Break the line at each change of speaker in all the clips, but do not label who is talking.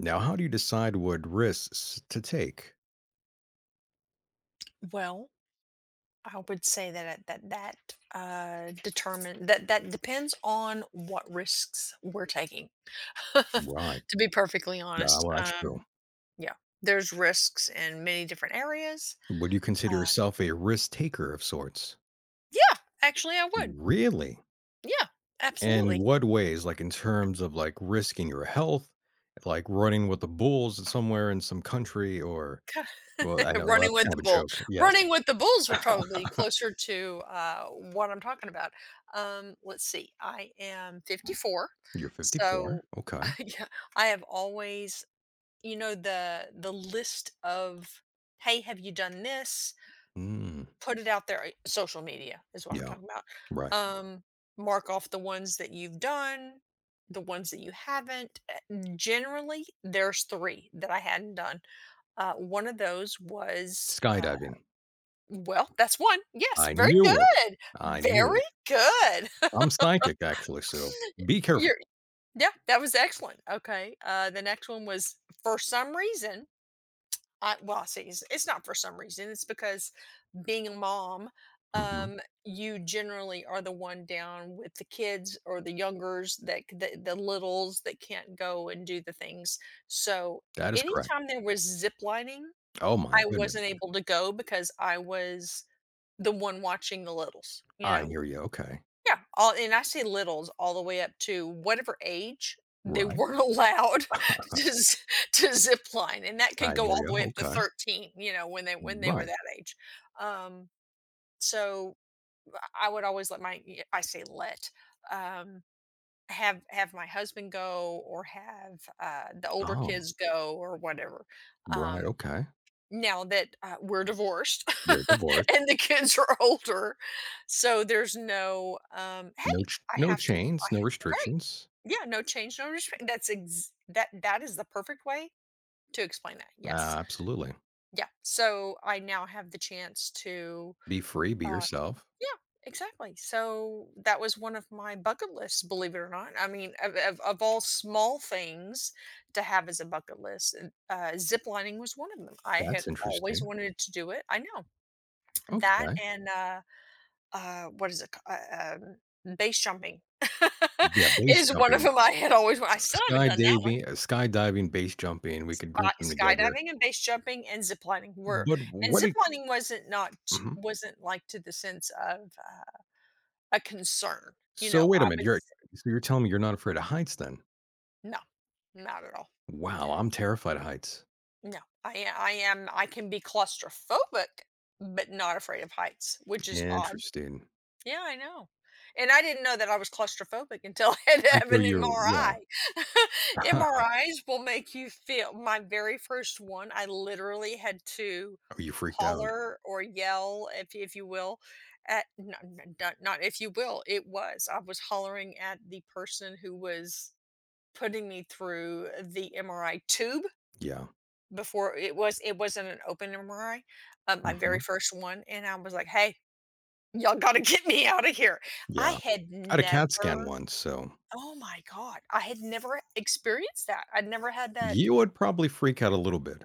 Now, how do you decide what risks to take?
Well, I would say that determine that that depends on what risks we're taking. To
Right.
be perfectly
Uh,
honest,
well, that's true.
yeah, there's risks in many different areas.
Would you consider
Uh,
yourself a risk taker of sorts?
yeah, actually, I would.
Really?
Yeah,
In
absolutely.
what ways? Like in terms of like risking your health, like running with the bulls somewhere in some country, or
Ca-
well, I know well,
running
that's
with
kind of
the
a
bull,
joke. Yes.
running with the bulls would probably be closer to what I'm talking about. Let's see, I am 54,
You're
so
54. Okay.
yeah, I have always the list of, hey, have you done this,
Mm,
put it out there, social media is what I'm
yeah.
talking
Right.
about. Mark off the ones that you've done, the ones that you haven't. Generally there's 3 that I hadn't done. One of those was
Skydiving.
well, that's one, yes,
I
very
knew it.
good.
I knew
Very
it.
good.
I'm psychic, actually. So be
you're
careful.
Yeah, that was excellent. Okay, the next one was, for some reason, I well, I say it's not for some reason. It's because, being a mom,
Mhm.
you generally are the one down with the kids or the youngers that the littles that can't go and do the things. So
That is correct.
anytime there was zip lining,
Oh my
I wasn't
goodness.
able to go because I was the one watching the littles.
I hear you, okay.
Yeah, all, and I say littles all the way up to whatever age they
Right.
weren't allowed to z to zip line, and that could
I
go
hear
all the
you,
way up to
okay.
13, you know, when they were
Right.
that age. Um, so I would always let my y I say let, um, have my husband go or have, the older
Oh,
kids go or whatever, um
right, okay.
now that, we're divorced
They're divorced.
and the kids are older, so there's no, "Hey, I
No
have to I
chains, no
Right.
restrictions.
Yeah, no change, no respect. That that is the perfect way to explain that,
Uh,
yes.
Absolutely.
Yeah, so I now have the chance to,
Be free, be
uh
yourself.
yeah, exactly. So that was one of my bucket lists, believe it or not. I mean, of all small things to have as a bucket list, and, zip lining was one of them. I had
That's
always
interesting.
wanted to do it. I know that,
Okay.
and what is it? Base jumping
Yeah, base
is one of
jumping.
them. I had always. Wa- I still haven't done that one.
Skydaving Skydiving, base jumping, we could group them together.
Skydiving and base jumping and zip lining were,
But
and
what
zip
e
lining wasn't not
Mhm.
wasn't like to the sense of a concern. You
So
know,
wait a
I
minute, you're
was
so you're telling me you're not afraid of heights then?
no, not at all.
Wow, I'm terrified of heights.
No, I can be claustrophobic, but not afraid of heights, which is odd.
Interesting.
Yeah, I know. And I didn't know that I was claustrophobic until I had to have
Until
an
you Yeah.
MRI.
Huh.
MRIs will make you feel, my very first one, I literally had to
Oh, you freaked out.
holler or yell, if you will, at not, not, not if you will, it was. I was hollering at the person who was putting me through the MRI tube.
Yeah.
Before, it was, it wasn't an open MRI, my very
Mhm.
first one, and I was like, "Hey, y'all gotta get me out of here." I
Yeah.
had
I had a CAT scan
never
once, so
Oh my god, I had never experienced that. I'd never had that.
you would probably freak out a little bit.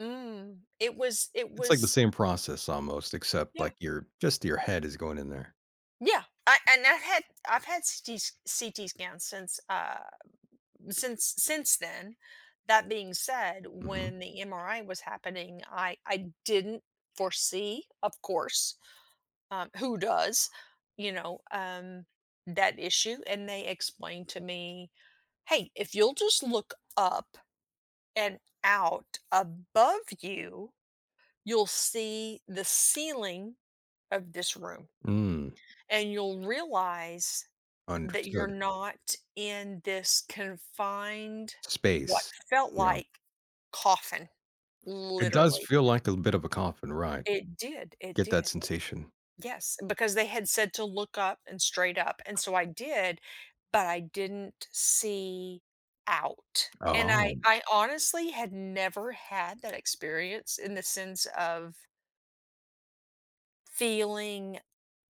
Mm, it
It's like the
was
same process almost, except
Yeah,
like your just your head is going in there.
yeah. I've had CT scans since, uh, since then. That being said,
Mhm.
when the MRI was happening, I didn't foresee, of course, who does, you know, that issue. And they explained to me, hey, if you'll just look up and out above you, you'll see the ceiling of this room,
Mm,
and you'll realize that you're
understood.
not in this confined, what
Space.
felt
Yeah.
like, coffin,
It does
literally.
feel like a bit of a coffin, right.
It did. It
Get that
did.
sensation.
Yes, because they had said to look up and straight up, and so I did, but I didn't see out, and I
Oh,
I honestly had never had that experience in the sense of feeling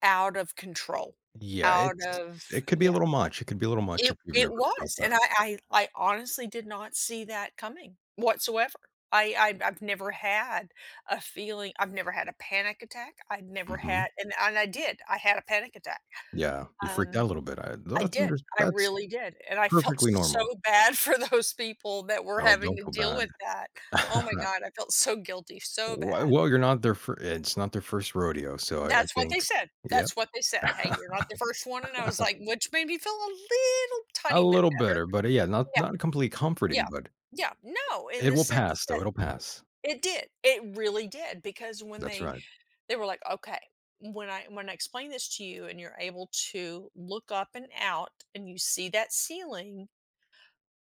out of control,
yeah,
out of
it could be
yeah,
a little much. It could be a little much
it
if you've
it
never felt
was, and
that.
I honestly did not see that coming whatsoever. I've never had a feeling, I've never had a panic attack, I'd never
Mhm.
had, and I did, I had a panic attack,
Yeah, you freaked out
um
a little bit. I
I
that's under
did, I
that's
really did, and I felt
perfectly
so
normal.
bad for those people that were
Oh,
having
don't
to
feel
deal
bad.
with that. Oh my god, I felt so guilty, so
Well
bad.
well, you're not their fir it's not their first rodeo, so I
That's what they
think
said,
Yep,
"Hey, you're not the first one," and I was like, which made me feel a little
a
tiny bit
little
bad.
better, but yeah, not
Yeah,
not completely comforting,
yeah,
but
yeah, no, in
it
the
will
sense
pass though,
that
it'll pass.
it did, it really did, because when
That's
they
right.
they were like, "Okay, when I explain this to you and you're able to look up and out and you see that ceiling,"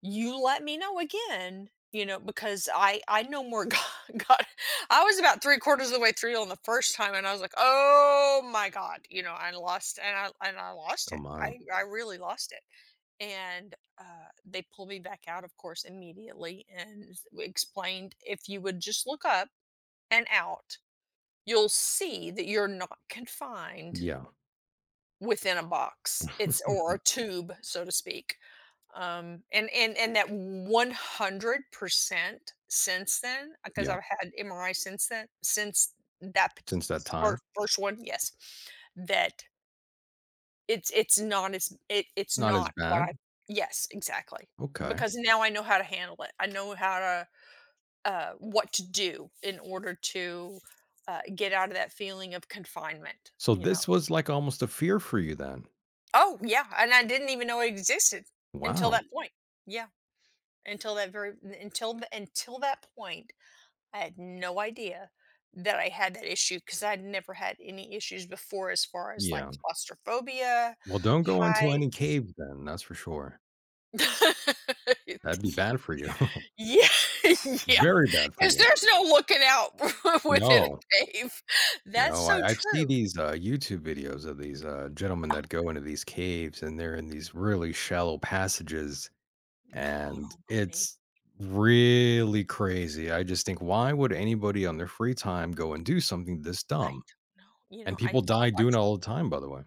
you let me know again, you know, because I know more. God, god, I was about three-quarters of the way through on the first time, and I was like, oh my god, you know, I lost
Oh
it,
my.
I really lost it. And they pulled me back out, of course, immediately and explained, if you would just look up and out, you'll see that you're not confined
Yeah.
within a box. It's or a tube, so to speak. And that 100% since then, because
Yeah,
I've had MRI since then, since that p-
since that time,
first one, yes, that it's not as it's
not as
not what
bad.
I, yes, exactly,
Okay.
because now I know how to handle it. I know how to, what to do in order to, get out of that feeling of confinement.
So
You know,
this was like almost a fear for you then.
oh, yeah, and I didn't even know it existed until
Wow.
that point. Yeah, until that very, until that point, I had no idea that I had that issue because 'cause I'd never had any issues before as far as, like,
Yeah.
claustrophobia,
Well, don't go into
high.
any caves then, that's for sure.
Yeah.
That'd be bad for you.
Yeah, yeah.
Very bad for
Because
you.
there's no looking out within
No.
a cave. That's
No,
so
I see
true.
these, YouTube videos of these, gentlemen
Oh,
that go into these caves, and they're in these really shallow passages,
God
and
almighty,
it's really crazy. I just think, "Why would anybody on their free time go and do something this
I
dumb?"
don't know, you
And
know, I
people die doing
watch,
it all the time, by the way.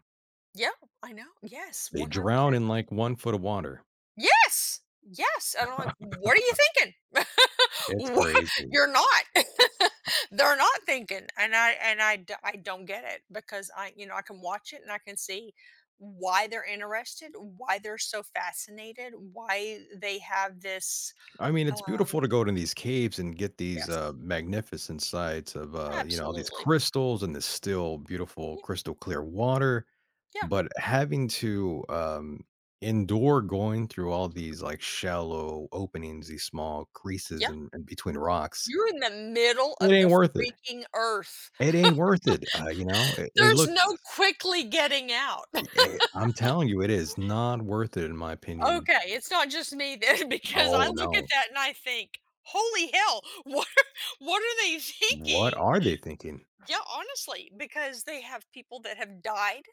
yeah, I know, yes,
They drown
100%.
in, like, 1 foot of water.
Yes! Yes, and I'm like, "What are you thinking?
It's
Wha
crazy.
You're not." They're not thinking, and I don't get it because I you know, I can watch it and I can see why they're interested, why they're so fascinated, why they have this,
I mean,
uh
it's beautiful to go to these caves and get these,
yes,
magnificent sights of, you know, all these
absolutely.
crystals and this still beautiful
Yeah,
crystal clear water.
yeah,
But having to, endure going through all these, like, shallow openings, these small creases
yeah.
and between rocks,
You're in the middle
it
of the
ain't worth it.
freaking earth.
It ain't worth it, you know? It
There's
looks
no quickly getting out.
eh, I'm telling you, it is not worth it in my opinion.
Okay, it's not just me then, because I
Oh,
look at
no.
that and I think, "Holy hell, what are they
What
thinking?"
are they thinking?
Yeah, honestly, because they have people that have died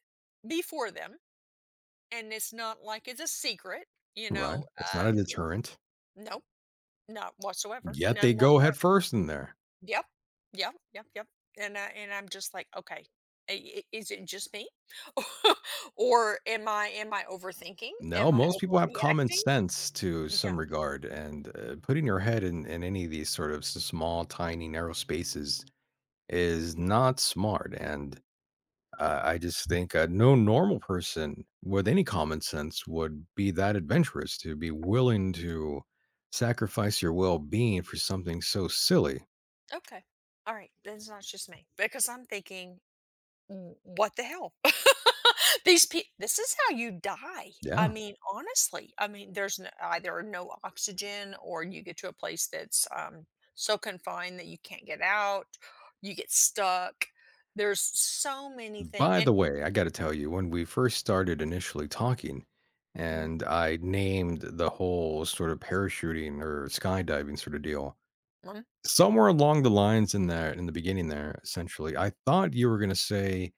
before them, and it's not like it's a secret, you
Right?
know,
It's not a
um,
deterrent,
no, not whatsoever,
yet they
none
go head
whatsoever.
first in there.
Yep, yep, yep, yep, and I'm just like, "Okay, I I is it just me? Or am I overthinking?
No,
Am I
most people have common
overreacting?"
sense to
Yeah,
some regard, and, putting your head in any of these sort of s small, tiny, narrow spaces is not smart. And I just think no normal person with any common sense would be that adventurous to be
okay.
willing to sacrifice your well being for something so silly.
Okay. All right. Then it's not just me because I'm thinking, What the hell? These people, this is how you die. I
Yeah.
mean, honestly, I mean, there's no, either no oxygen or you get to a place that's so confined that you can't get out, you get stuck. There's so many things."
By
And
the way, I got to tell you, when we first started initially talking,
mm,
and I named the whole sort of parachuting or skydiving sort of deal.
mm,
Somewhere along the lines in there in the beginning there, essentially, I thought you were gonna say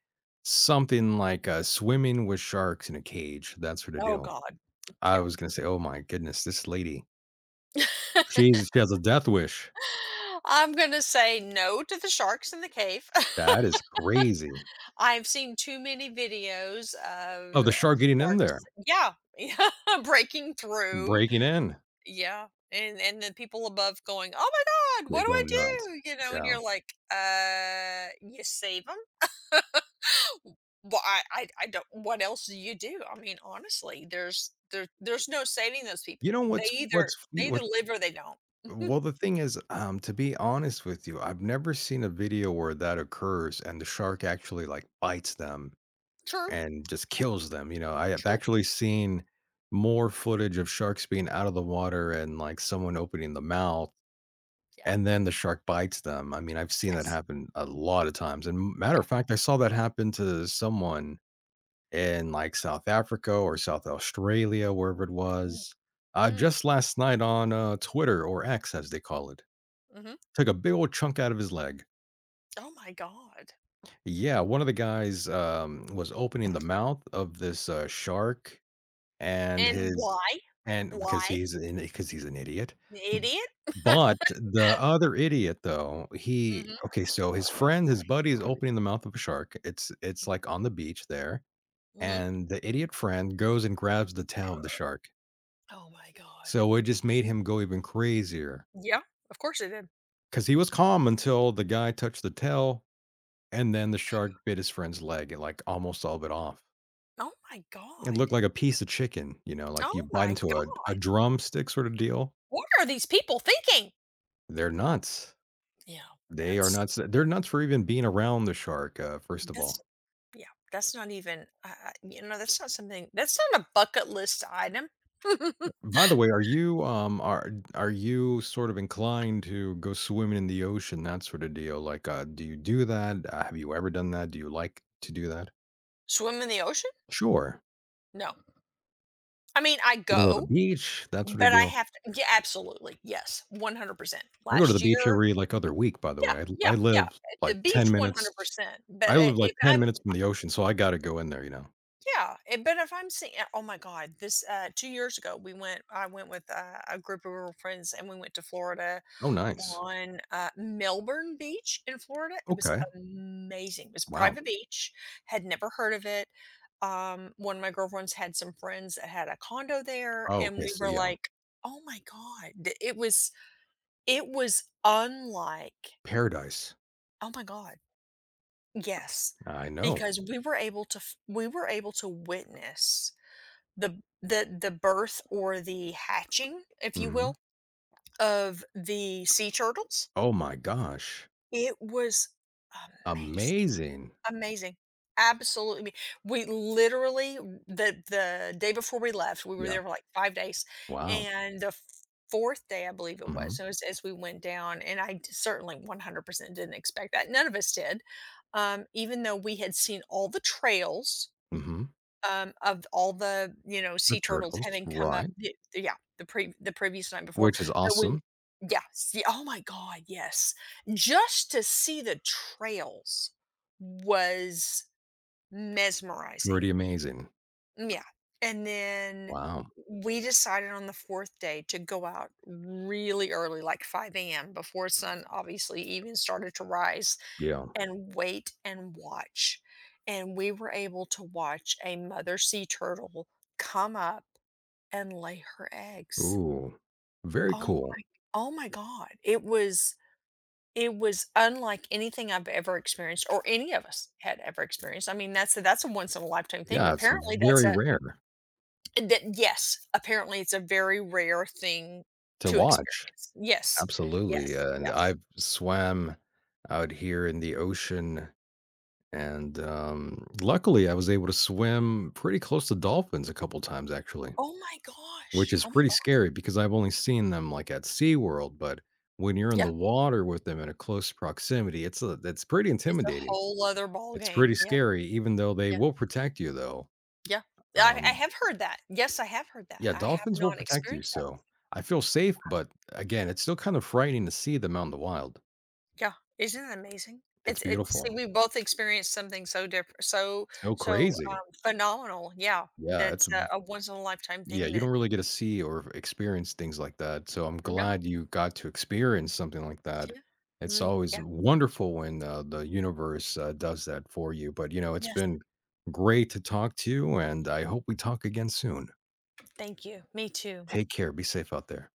something like, swimming with sharks in a cage, that sort of
oh,
deal.
God.
I
Yeah.
was gonna say, "Oh my goodness, this lady, she has a death wish.
I'm going to say no to the sharks in the cave.
That is crazy."
I've seen too many videos
Oh,
of,
the shark getting in there,
sharks, yeah, yeah, breaking through.
breaking in.
Yeah, and the people above going, "Oh my god, what
They
do
go
I
nuts.
do?" You know, and
Yeah.
you're like, you save 'em?" Well, I don't, what else do you do? I mean, honestly, there there's no saving those
You
people.
know what's
They
fe
either
what
live or they don't.
well, the thing is, to be honest with you, I've never seen a video where that occurs and the shark actually, like, bites them.
True,
And just kills them, you know, I have
true.
actually seen more footage of sharks being out of the water and, like, someone opening the mouth,
Yeah.
and then the shark bites them. I mean, I've seen that
Yes.
happen a lot of times, and matter
Yeah.
of fact, I saw that happen to someone in, like, South Africa or South Australia, wherever it
Mm,
was,
mm,
just last night on, Twitter or X, as they call it.
mhm.
Took a big old chunk out of his leg.
Oh my god.
Yeah, one of the guys, was opening the mouth of this, shark, And
And
his
why?
and
Why?
because he's an idiot.
Idiot.
But the other idiot though, he
Mhm,
okay, so his friend, his buddy is opening the mouth of a shark. It's like on the beach there,
mhm.
and the idiot friend goes and grabs the tail of the shark.
Oh my god.
So it just made him go even crazier
Yeah, of course it did.
because he was calm until the guy touched the tail, and then the shark bit his friend's leg and like almost all of it off.
Oh my
It
god.
looked like a piece of chicken, you know, like you
Oh
bite
my
into
god.
a drumstick sort of deal.
What are these people thinking?
They're nuts.
Yeah.
They are
That's
nuts they're nuts for even being around the shark, first of
that's
all.
yeah, that's not even, I you know, that's not something, that's not a bucket list item.
By the way, are you, are you sort of inclined to go swimming in the ocean, that sort of deal? Like, do you do that? Have you ever done that? Do you like to do that?
Swim in the ocean?
Sure.
No. I mean, I
You know, go to the
go,
beach, that sort of
but I
deal.
have to yeah, absolutely, yes, 100%.
I go to the
Last
beach
year
every, like, other week, by the
yeah,
way. I
yeah, yeah,
live,
at the
like,
beach
10 minutes
100%, but
I
I
live, like,
if
10 minutes from the ocean, so I gotta go in there, you know?
yeah, and but if I'm seeing, eh, oh my God, this 2 years ago we went. I went with, a group of our friends, and we went to Florida
Oh, nice.
on, Melbourne Beach in Florida. It was
Okay.
amazing. It was a
Wow.
private beach. Had never heard of it. One of my girlfriends had some friends that had a condo there,
Oh,
and
okay,
we
so
were
yeah,
like, "Oh my God!" It was, it was unlike.
paradise.
Oh my God, yes,
I know.
because we were able to we were able to witness the birth or the hatching, if you
Mhm.
will, of the sea turtles.
Oh my gosh.
It was amazing,
Amazing.
amazing. Absolutely, me we literally, the day before we left, we were
Yeah.
there for, like, 5 days,
Wow.
and the 4th day, I believe
Mhm.
it was as we went down, and certainly 100% didn't expect that, none of us did, even though we had seen all the trails.
Mhm.
Of all the, you know,
The
sea turtles
turtles,
having come up,
right,
y yeah, the previous night before,
which is
but we
awesome.
yeah, see oh my god, yes. Just to see the trails was mesmerizing.
Pretty amazing.
Yeah, and then
Wow.
we decided on the 4th day to go out really early, like 5 a.m., before sun obviously even started to rise,
Yeah.
and wait and watch. And we were able to watch a mother sea turtle come up and lay her eggs.
Ooh. Very
Oh
cool.
oh my god. It was unlike anything I've ever experienced or any of us had ever experienced. I mean, that's a, that's a once in a lifetime thing.
Yeah, it's
Apparently that's
very
a,
rare
that yes, apparently it's a very rare thing
to
to
watch.
experience. Yes.
Absolutely,
Yes.
and
Yes.
I've swam out here in the ocean, and, luckily, I was able to swim pretty close to dolphins a couple times, actually.
Oh my
Which
gosh.
is
Oh my
pretty
god.
scary because I've only seen them, like, at SeaWorld, but when you're in
Yeah.
the water with them in a close proximity, it's pretty
It's a
intimidating.
whole other ball
It's
game.
pretty
Yeah. Yeah.
scary even though they will protect you, though.
Yeah. I
Um,
have heard that. Yes, I have heard that.
yeah,
I have
dolphins will
not
protect you,
experienced that.
so I feel safe,
Wow.
but again, it's still kind of frightening to see them out in the wild.
Yeah. Isn't that amazing?
It's
It's see,
beautiful.
we both experienced something so different, so
So
so,
crazy.
phenomenal. Yeah.
Yeah,
That's
it's
a once in a lifetime
Yeah,
thing
you
that,
don't really get to see or experience things like that, so I'm
no.
glad you got to experience something like that.
Yeah.
It's
Me
always
yeah.
wonderful when, the universe, does that for you, but, you know, it's
Yes.
been great to talk to you, and I hope we talk again soon.
Thank you. Me too.
Take care, be safe out there.